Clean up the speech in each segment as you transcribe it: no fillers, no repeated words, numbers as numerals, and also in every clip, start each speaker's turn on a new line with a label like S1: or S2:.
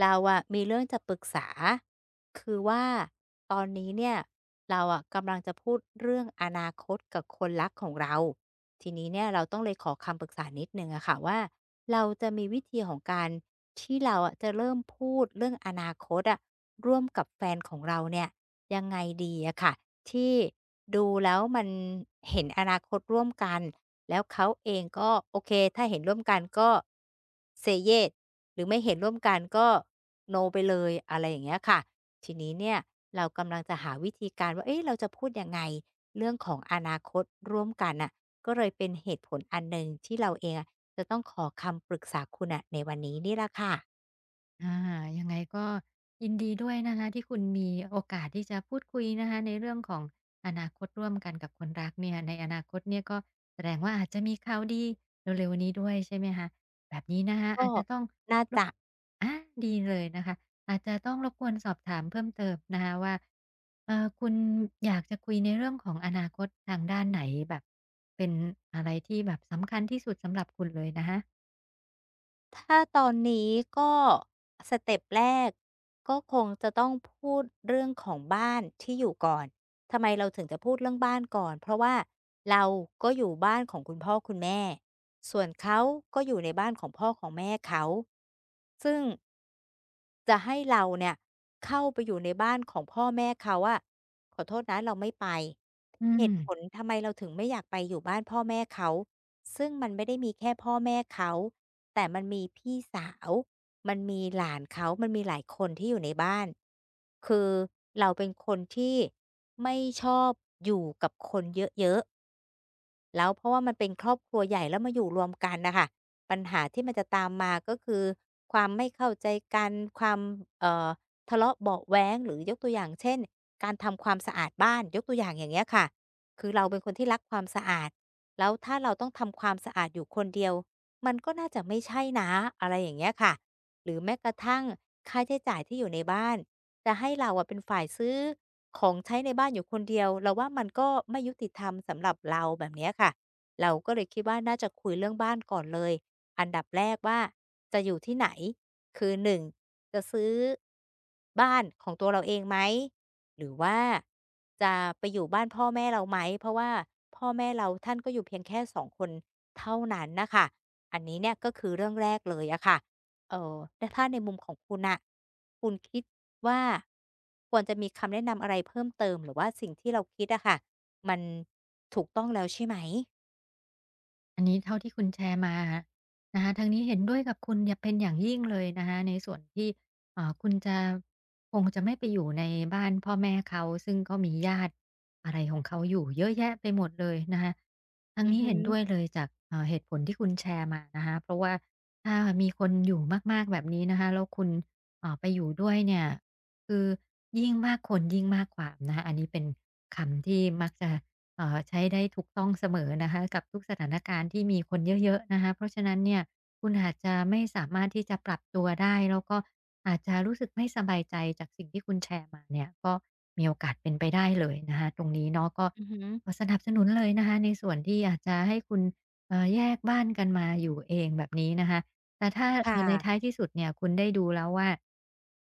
S1: เราอะมีเรื่องจะปรึกษาคือว่าตอนนี้เนี่ยเราอะกำลังจะพูดเรื่องอนาคตกับคนรักของเราทีนี้เนี่ยเราต้องเลยขอคำปรึกษานิดหนึ่งอะค่ะว่าเราจะมีวิธีของการที่เราอะจะเริ่มพูดเรื่องอนาคตอะร่วมกับแฟนของเราเนี่ยยังไงดีอะค่ะที่ดูแล้วมันเห็นอนาคตร่วมกัน แล้วเขาเองก็โอเคถ้าเห็นร่วมกันก็เซเย e หรือไม่เห็นร่วมกันก็โ o ไปเลยอะไรอย่างเงี้ยค่ะทีนี้เนี่ยเรากำลังจะหาวิธีการว่าเอ๊ะเราจะพูดยังไงเรื่องของอนาคตร่วมกันน่ะก็เลยเป็นเหตุผลอันหนึ่งที่เราเองอะจะต้องขอคำปรึกษาคุณอะในวันนี้นี่แหละค่ะ
S2: อายังไงก็ยินดีด้วยนะคะที่คุณมีโอกาสที่จะพูดคุยนะคะในเรื่องของอนาคตร่วมกันกับคนรักเนี่ยในอนาคตเนี่ยก็แสดงว่าอาจจะมีข่าวดีเร็วๆนี้ด้วยใช่ไหมคะแบบนี้นะคะ
S1: ก็
S2: อาจจะต้อง
S1: น่า
S2: รบ
S1: จะ
S2: อาดีเลยนะคะอาจจะต้องรบกวนสอบถามเพิ่มเติมนะคะว่าคุณอยากจะคุยในเรื่องของอนาคตทางด้านไหนแบบเป็นอะไรที่แบบสำคัญที่สุดสำหรับคุณเลยนะคะ
S1: ถ้าตอนนี้ก็สเต็ปแรกก็คงจะต้องพูดเรื่องของบ้านที่อยู่ก่อน ทำไมเราถึงจะพูดเรื่องบ้านก่อน เพราะว่าเราก็อยู่บ้านของคุณพ่อคุณแม่ ส่วนเขาก็อยู่ในบ้านของพ่อของแม่เขา ซึ่งจะให้เราเนี่ยเข้าไปอยู่ในบ้านของพ่อแม่เขาอะขอโทษนะเราไม่ไป
S2: อื
S1: เหตุผล
S2: ม
S1: ทำไมเราถึงไม่อยากไปอยู่บ้านพ่อแม่เขา ซึ่งมันไม่ได้มีแค่พ่อแม่เขาแต่มันมีพี่สาวมันมีหลานเขามันมีหลายคนที่อยู่ในบ้านคือเราเป็นคนที่ไม่ชอบอยู่กับคนเยอะๆ แล้วเพราะว่ามันเป็นครอบครัวใหญ่แล้วมาอยู่รวมกันนะคะปัญหาที่มันจะตามมาก็คือความไม่เข้าใจกันความเอ่อทะเลาะเบาะแว้งหรือยกตัวอย่างเช่นการทำความสะอาดบ้านยกตัวอย่างอย่างเงี้ยค่ะคือเราเป็นคนที่รักความสะอาดแล้วถ้าเราต้องทำความสะอาดอยู่คนเดียวมันก็น่าจะไม่ใช่นะอะไรอย่างเงี้ยค่ะหรือแม้กระทั่งค่าใช้จ่ายที่อยู่ในบ้าน จะให้เราอะเป็นฝ่ายซื้อของใช้ในบ้านอยู่คนเดียวเราว่ามันก็ไม่ยุติธรรมสำหรับเราแบบเนี้ยค่ะเราก็เลยคิดว่าน่าจะคุยเรื่องบ้านก่อนเลยอันดับแรกว่าจะอยู่ที่ไหนคือ1จะซื้อบ้านของตัวเราเองไหมหรือว่าจะไปอยู่บ้านพ่อแม่เราไหมเพราะว่าพ่อแม่เราท่านก็อยู่เพียงแค่2คนเท่านั้นน่ะค่ะอันนี้เนี่ยก็คือเรื่องแรกเลยอะค่ะ เอ่อแต่ถ้าในมุมของคุณน่ะคุณคิดว่าควรจะมีคำแนะนำอะไรเพิ่มเติมหรือว่าสิ่งที่เราคิดอะค่ะ มันถูกต้องแล้วใช่ไหม
S2: อันนี้เท่าที่คุณแชร์มานะคะทางนี้เห็นด้วยกับคุณอย่าเป็นอย่างยิ่งเลยนะคะในส่วนที่คุณจะคงจะไม่ไปอยู่ในบ้านพ่อแม่เขาซึ่งก็มีญาติอะไรของเขาอยู่เยอะแยะไปหมดเลยนะคะทาง
S1: อือ
S2: นี้
S1: ฮึ
S2: เห็นด้วยเลยจากเหตุผลที่คุณแชร์มานะคะเพราะว่าถ้ามีคนอยู่มากๆแบบนี้นะคะแล้วคุณไปอยู่ด้วยเนี่ยคือยิ่งมากคนยิ่งมากความนะคะอันนี้เป็นคำที่มักจะ ใช้ได้ถูกต้องเสมอนะคะกับทุกสถานการณ์ที่มีคนเยอะๆนะคะเพราะฉะนั้นเนี่ยคุณอาจจะไม่สามารถที่จะปรับตัวได้แล้วก็อาจจะรู้สึกไม่สบายใจจากสิ่งที่คุณแชร์มาเนี่ยก็มีโอกาสเป็นไปได้เลยนะคะตรงนี้เนาะก็
S1: อือฮึ
S2: ขอสนับสนุนเลยนะคะในส่วนที่อาจจะให้คุณแยกบ้านกันมาอยู่เองแบบนี้นะคะแต่ถ้า
S1: ค่ะ
S2: ในท้ายที่สุดเนี่ยคุณได้ดูแล้วว่า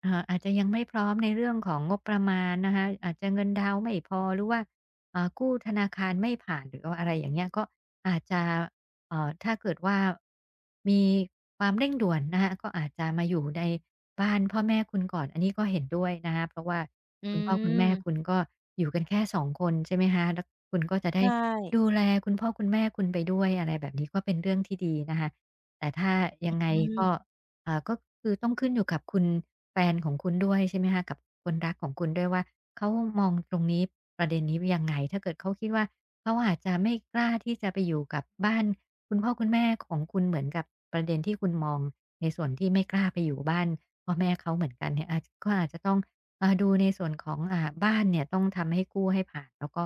S2: อาจจะยังไม่พร้อมในเรื่องของงบประมาณนะคะอาจจะเงินดาวน์ไม่พอหรือว่า กู้ธนาคารไม่ผ่านหรือว่าอะไรอย่างเงี้ยก็อาจจะถ้าเกิดว่ามีความเร่งด่วนนะคะก็อาจจะมาอยู่ในบ้านพ่อแม่คุณก่อนอันนี้ก็เห็นด้วยนะคะเพราะว่า
S1: อื
S2: คุณพ่อคุณแม่คุณ
S1: ม
S2: ก็อยู่กันแค่สองคนใช่ไหมคะแล้วคุณก็จะได้
S1: ใช่
S2: ดูแลคุณพ่อคุณแม่คุณไปด้วยอะไรแบบนี้ก็เป็นเรื่องที่ดีนะคะแต่ถ้ายังไง
S1: อื
S2: ก็
S1: ม
S2: ก็คือต้องขึ้นอยู่กับคุณแฟนของคุณด้วยใช่ไหมคะกับคนรักของคุณด้วยว่าเขามองตรงนี้ประเด็นนี้ยังไงถ้าเกิดเขาคิดว่าเขาอาจจะไม่กล้าที่จะไปอยู่กับบ้านคุณพ่อคุณแม่ของคุณเหมือนกับประเด็นที่คุณมองในส่วนที่ไม่กล้าไปอยู่บ้านพ่อแม่เขาเหมือนกันเนี่ยอาจก็อาจจะต้องดูในส่วนของบ้านเนี่ยต้องทำให้กู้ให้ผ่านแล้วก็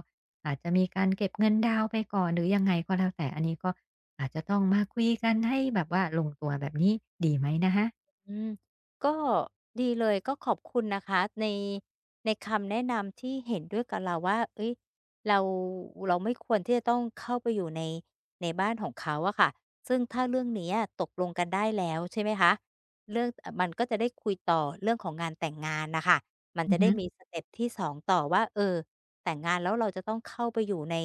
S2: อาจจะมีการเก็บเงินดาวน์ไปก่อนหรือยังไงก็แล้วแต่อันนี้ก็ อาจจะต้องมาคุยกันให้แบบว่าลงตัวแบบนี้ดีไหมนะคะ
S1: อืมก็ดีเลยก็ขอบคุณนะคะในในคำแนะนำที่เห็นด้วยกับเราว่าเฮ้ยเราเราไม่ควรที่จะต้องเข้าไปอยู่ในในบ้านของเขาอะค่ะซึ่งถ้าเรื่องนี้อะตกลงกันได้แล้วใช่ไหมคะเรื่องอมันก็จะได้คุยต่อเรื่องของงานแต่งงานน่ะค่ะมัน
S2: อือ
S1: จะได้
S2: ฮึ
S1: มีสเต็ปที่สองต่อว่าเออแต่งงานแล้วเราจะต้องเข้าไปอยู่ใน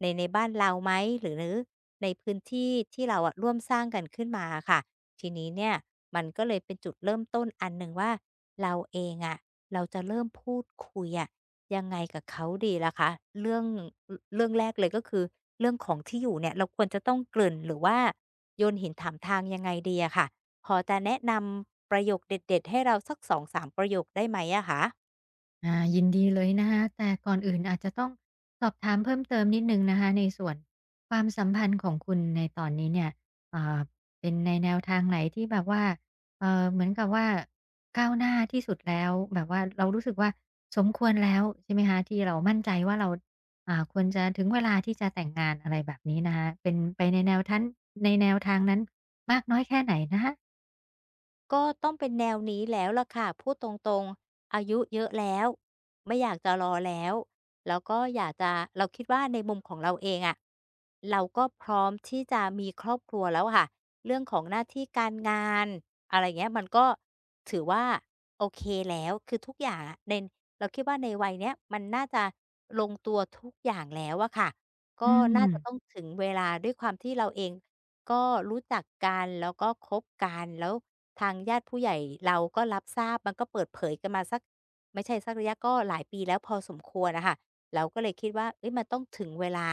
S1: ในในบ้านเราไหมหรือในพื้นที่ที่เราอะร่วมสร้างกันขึ้นมาอะค่ะ ทีนี้เนี่ยมันก็เลยเป็นจุดเริ่มต้นอันหนึ่งว่าเราเองอะเราจะเริ่มพูดคุยอะยังไงกับเขาดีล่ะคะเรื่องเรื่องแรกเลยก็คือเรื่องของที่อยู่เนี่ยเราควรจะต้องเกริ่นหรือว่าโยนหินถามทางยังไงดีอะค่ะพอจะแนะนำประโยคเด็ดๆให้เราสักสสองสามประโยคได้ไหมอะคะ
S2: ยินดีเลยนะคะแต่ก่อนอื่นอาจจะต้องสอบถามเพิ่มเติมนิดหนึ่งนะคะในส่วนความสัมพันธ์ของคุณในตอนนี้เนี่ยอ่าเป็นในแนวทางไหนที่แบบว่าเหมือนกับว่าก้าวหน้าที่สุดแล้วแบบว่าเรารู้สึกว่าสมควรแล้วใช่ไหมคะที่เรามั่นใจว่าเราควรจะถึงเวลาที่จะแต่งงานอะไรแบบนี้นะคะเป็นไปในแนวทั้นในแนวทางนั้นมากน้อยแค่ไหนนะคะ
S1: ก็ต้องเป็นแนวนี้แล้วล่ะค่ะพูดตรงๆอายุเยอะแล้วไม่อยากจะรอแล้วแล้วก็อยากจะเราคิดว่าในมุมของเราเองอะเราก็พร้อมที่จะมีครอบครัวแล้วค่ะเรื่องของหน้าที่การงานอะไรเงี้ยมันก็ถือว่าโอเคแล้วคือทุกอย่างอะในเราคิดว่าในวัยเนี้ยมันน่าจะลงตัวทุกอย่างแล้วอะค่ะ
S2: อื
S1: ก็น่าจะต้อง
S2: ม
S1: ถึงเวลาด้วยความที่เราเอง ก็รู้จักกันแล้วก็คบกันแล้วทางญาติผู้ใหญ่เราก็รับทราบมันก็เปิดเผยกันมาสักไม่ใช่สักระยะก็หลายปีแล้วพอสมควรอะค่ะเราก็เลยคิดว่าเฮ้ยมันต้องถึงเวลา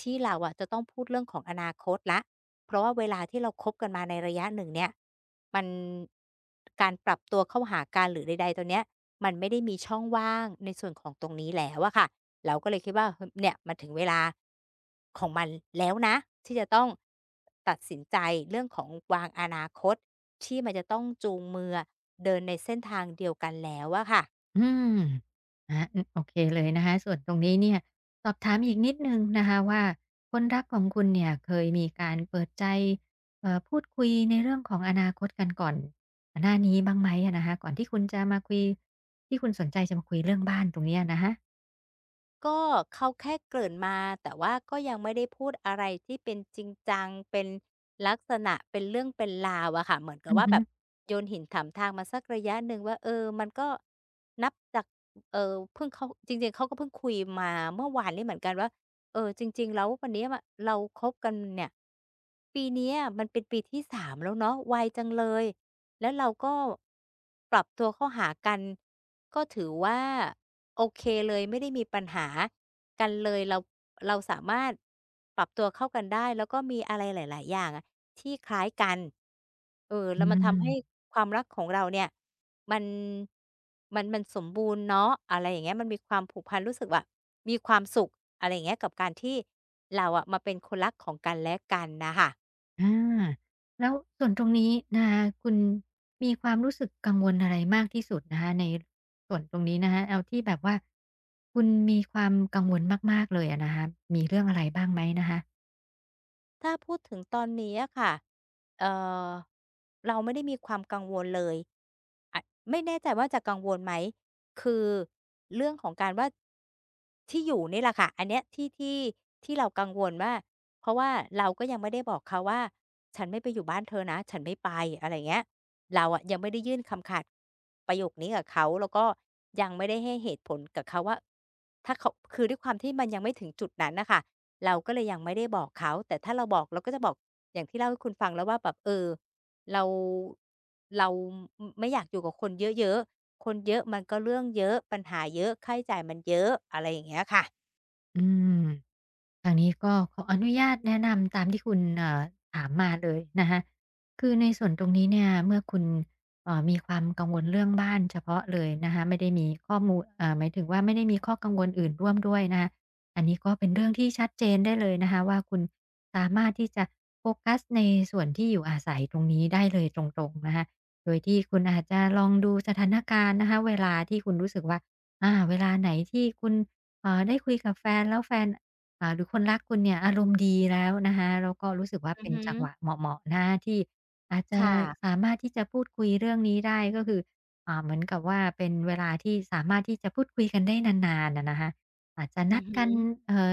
S1: ที่เราอะจะต้องพูดเรื่องของอนาคตแล้วเพราะว่าเวลาที่เราคบกันมาในระยะหนึ่งเนี่ยมันการปรับตัวเข้าหากันหรือใดๆตรงเนี้ยมันไม่ได้มีช่องว่างในส่วนของตรงนี้แล้วอะค่ะ เราก็เลยคิดว่าเฮยเนี่ยมันถึงเวลาของมันแล้วนะที่จะต้องตัดสินใจเรื่องของวางอนาคตที่มันจะต้องจูงมืออเดินในเส้นทางเดียวกันแล้วอะค่ะ
S2: อืมอือโอเคเลยนะคะส่วนตรงนี้เนี่ยสอบถามอีกนิดหนึ่งนะคะว่าคนรักของคุณเนี่ยเคยมีการเปิดใจพูดคุยในเรื่องของอนาคตกันก่อนหน้านี้บ้างไหมอะนะคะก่อนที่คุณจะมาคุยที่คุณสนใจจะมาคุยเรื่องบ้านตรงเนี้ยนะคะ
S1: ก็เขาแค่เกริ่นมาแต่ว่าก็ยังไม่ได้พูดอะไรที่เป็นจริงจังเป็นลักษณะเป็นเรื่องเป็นราวอะค่ะเหมือนกับ
S2: อือ
S1: ว่า
S2: ฮึ
S1: แบบโยนหินถามทางมาสักระยะหนึ่งว่าเออมันก็นับจากเออเพิ่งเขาจริงๆเขาก็เพิ่งคุยมาเมื่อวานนี้เหมือนกันว่าเออจริงๆแล้ววันนี้อะเราคบกันเนี่ยปีเนี้ยมันเป็นปีที่3แล้วเนาะไวจังเลย แล้วเราก็ปรับตัวเข้าหากันก็ถือว่าโอเคเลยไม่ได้มีปัญหากันเลยเราสามารถปรับตัวเข้ากันได้แล้วก็มีอะไรหลายๆอย่างอะที่คล้ายกันเออ
S2: อื
S1: แล้วมันทำให้
S2: ม
S1: ความรักของเราเนี่ยมันมันสมบูรณ์เนาะอะไรอย่างเงี้ยมันมีความผูกพันรู้สึกว่ามีความสุขอะไรอย่างเงี้ยกับการที่เราอะมาเป็นคนรักของกันและกันน่ะค่ะ
S2: อาแล้วส่วนตรงนี้นะคะคุณมีความรู้สึกกังวลอะไรมากที่สุดนะคะในส่วนตรงนี้นะคะเอาที่แบบว่าคุณมีความกังวลมากๆเลยอะนะคะมีเรื่องอะไรบ้างไหมนะคะ
S1: ถ้าพูดถึงตอนนี้อะค่ะเอ่อเราไม่ได้มีความกังวลเลยอะไม่แน่ใจว่าจะกังวลไหม คือเรื่องของการว่าที่อยู่นี่แหละค่ะอันเนี้ยที่ที่เรากังวลว่าเพราะว่าเราก็ยังไม่ได้บอกเขาว่าฉันไม่ไปอยู่บ้านเธอนะฉันไม่ไปอะไรอย่างเงี้ย เราอะยังไม่ได้ยื่นคำขาดประโยคนี้กับเขาแล้วก็ยังไม่ได้ให้เหตุผลกับเขาว่าถ้าเขาคือด้วยความที่มันยังไม่ถึงจุดนั้นน่ะค่ะเราก็เลยยังไม่ได้บอกเขาแต่ถ้าเราบอกเราก็จะบอกอย่างที่เล่าให้คุณฟังแล้วว่าแบบเออเราเรามไม่อยากอยู่กับคนเยอะๆคนเยอะมันก็เรื่องเยอะปัญหาเยอะค่าใช้จ่ายมันเยอะอะไรอย่างเงี้ยค่ะ
S2: อืม ทางนี้ก็ขออนุญาตแนะนำตามที่คุณถามมาเลยนะคะ คือในส่วนตรงนี้เนี่ยเมื่อคุณมีความกังวลเรื่องบ้านเฉพาะเลยนะคะไม่ได้มีข้อมูลหมายถึงว่าไม่ได้มีข้อกังวลอื่นร่วมด้วยนะคะอันนี้ก็เป็นเรื่องที่ชัดเจนได้เลยนะคะว่าคุณสามารถที่จะโฟกัสในส่วนที่อยู่อาศัยตรงนี้ได้เลยตรงๆนะคะ โดยที่คุณอาจจะลองดูสถานการณ์นะคะเวลาที่คุณรู้สึกว่าเวลาไหนที่คุณได้คุยกับแฟนแล้วแฟน หรือคนรักคุณเนี่ยอารมณ์ดีแล้วนะคะแล้วก็รู้สึกว่า
S1: อื
S2: เป็
S1: อ
S2: น
S1: ฮึ
S2: จังหวะเหมาะๆนะที่อาจ
S1: ค
S2: จะ
S1: ่ะ
S2: สามารถที่จะพูดคุยเรื่องนี้ได้ก็คือเหมือนกับว่าเป็นเวลาที่สามารถที่จะพูดคุยกันได้นานๆอะนะคะอาจจะ
S1: อื
S2: นัด
S1: อฮึ
S2: กันเอ่อ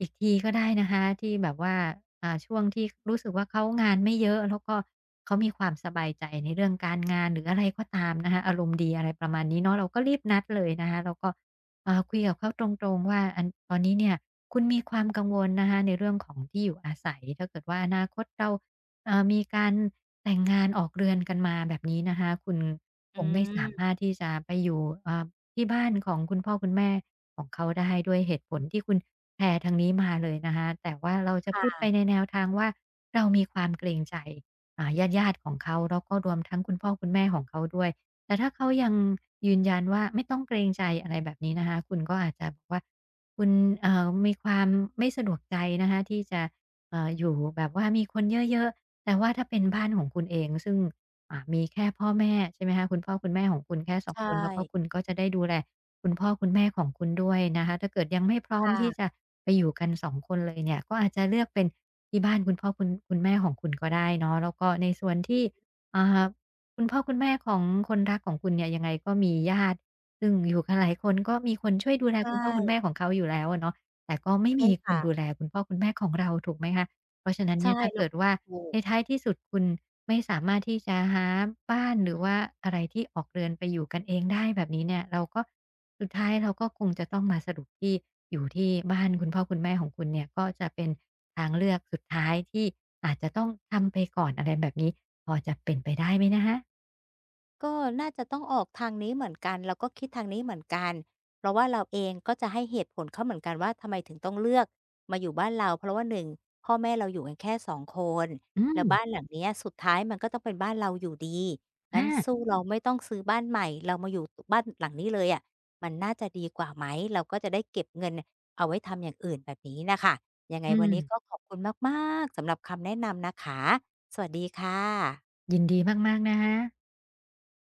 S2: อีกทีก็ได้นะคะที่แบบว่าช่วงที่รู้สึกว่าเขางานไม่เยอะแล้วก็เขามีความสบายใจในเรื่องการงานหรืออะไรก็ตามนะคะอารมณ์ดีอะไรประมาณนี้เนาะเราก็รีบนัดเลยนะคะแล้วก็ คุยกับเขาตรงๆว่าอันตอนนี้เนี่ยคุณมีความกังวลนะคะในเรื่องของที่อยู่อาศัยถ้าเกิดว่าอนาคตเราเอ่ามีการแต่งงานออกเรือนกันมาแบบนี้นะคะคุณค
S1: อื
S2: งไม่สามา
S1: ม
S2: รถที่จะไปอยู่ที่บ้านของคุณพ่อคุณแม่ของเขาได้ด้วยเหตุผลที่คุณแชร์ทางนี้มาเลยนะคะแต่ว่าเราจะพูดไป
S1: ค่ะ
S2: ในแนวทางว่าเรามีความเกรงใจญาติของเขาแล้วก็รวมทั้งคุณพ่อคุณแม่ของเขาด้วย แต่ถ้าเขายังยืนยันว่าไม่ต้องเกรงใจอะไรแบบนี้นะคะคุณก็อาจจะบอกว่าคุณมีความไม่สะดวกใจนะคะที่จะอยู่แบบว่ามีคนเยอะๆแต่ว่าถ้าเป็นบ้านของคุณเองซึ่งมีแค่พ่อแม่ใช่ไหมคะคุณพ่อคุณแม่ของคุณแค่สอ
S1: ใช
S2: งคนแล้วก็คุณ
S1: ่
S2: ก็จะได้ดูแลคุณพ่อคุณแม่ของคุณด้วยนะคะถ้าเกิดยังไม่พร้อ
S1: ค
S2: มที่จะ
S1: ่ะ
S2: ไปอยู่กันสองคนเลยเนี่ยก็อาจจะเลือกเป็นที่บ้านคุณพ่อคุณแม่ของคุณก็ได้เนาะแล้วก็ในส่วนที่อ่า คุณพ่อคุณแม่ของคนรักของคุณเนี่ยยังไงก็มีญาติซึ่งอยู่กันหลายคนก็มีคนช่วยดูแล
S1: ใช่
S2: คุณพ่อคุณแม่ของเขาอยู่แล้วอะเนาะแต่ก็ไม่
S1: ใช่
S2: มีคน
S1: ค่ะ
S2: ดูแลคุณพ่อคุณแม่ของเราถูกไหมคะเพราะฉะนั้น
S1: ใช่
S2: เนี่ยถ้า
S1: แล้ว
S2: เกิดว่า
S1: ถู
S2: ใน
S1: ก
S2: ท้ายที่สุดคุณไม่สามารถที่จะหาบ้านหรือว่าอะไรที่ออกเรือนไปอยู่กันเองได้แบบนี้เนี่ยเราก็สุดท้ายเราก็คงจะต้องมาสรุปที่อยู่ที่บ้านคุณพ่อคุณแม่ของคุณเนี่ยก็จะเป็นทางเลือกสุดท้ายที่อาจจะต้องทำไปก่อนอะไรแบบนี้พอจะเป็นไปได้ไหมนะคะ
S1: ก็น่าจะต้องออกทางนี้เหมือนกันแล้วก็คิดทางนี้เหมือนกันเพราะว่าเราเองก็จะให้เหตุผลเขาเหมือนกันว่าทำไมถึงต้องเลือกมาอยู่บ้านเราเพราะว่า1พ่อแม่เราอยู่กันแค่2 คน
S2: อื
S1: แล้
S2: ม
S1: วบ้านหลังเนี้ยสุดท้ายมันก็ต้องเป็นบ้านเราอยู่ดีงั้นสู้
S2: อา
S1: เราไม่ต้องซื้อบ้านใหม่เรามาอยู่ตบ้านหลังนี้เลยอะมันน่าจะดีกว่าไหมเราก็จะได้เก็บเงินเอาไว้ทำอย่างอื่นแบบนี้น่ะค่ะยังไง
S2: อื
S1: วันนี้ก็
S2: ม
S1: ขอบคุณมากๆสำหรับคำแนะนำนะคะสวัสดีค่ะ
S2: ยินดีมากๆนะคะ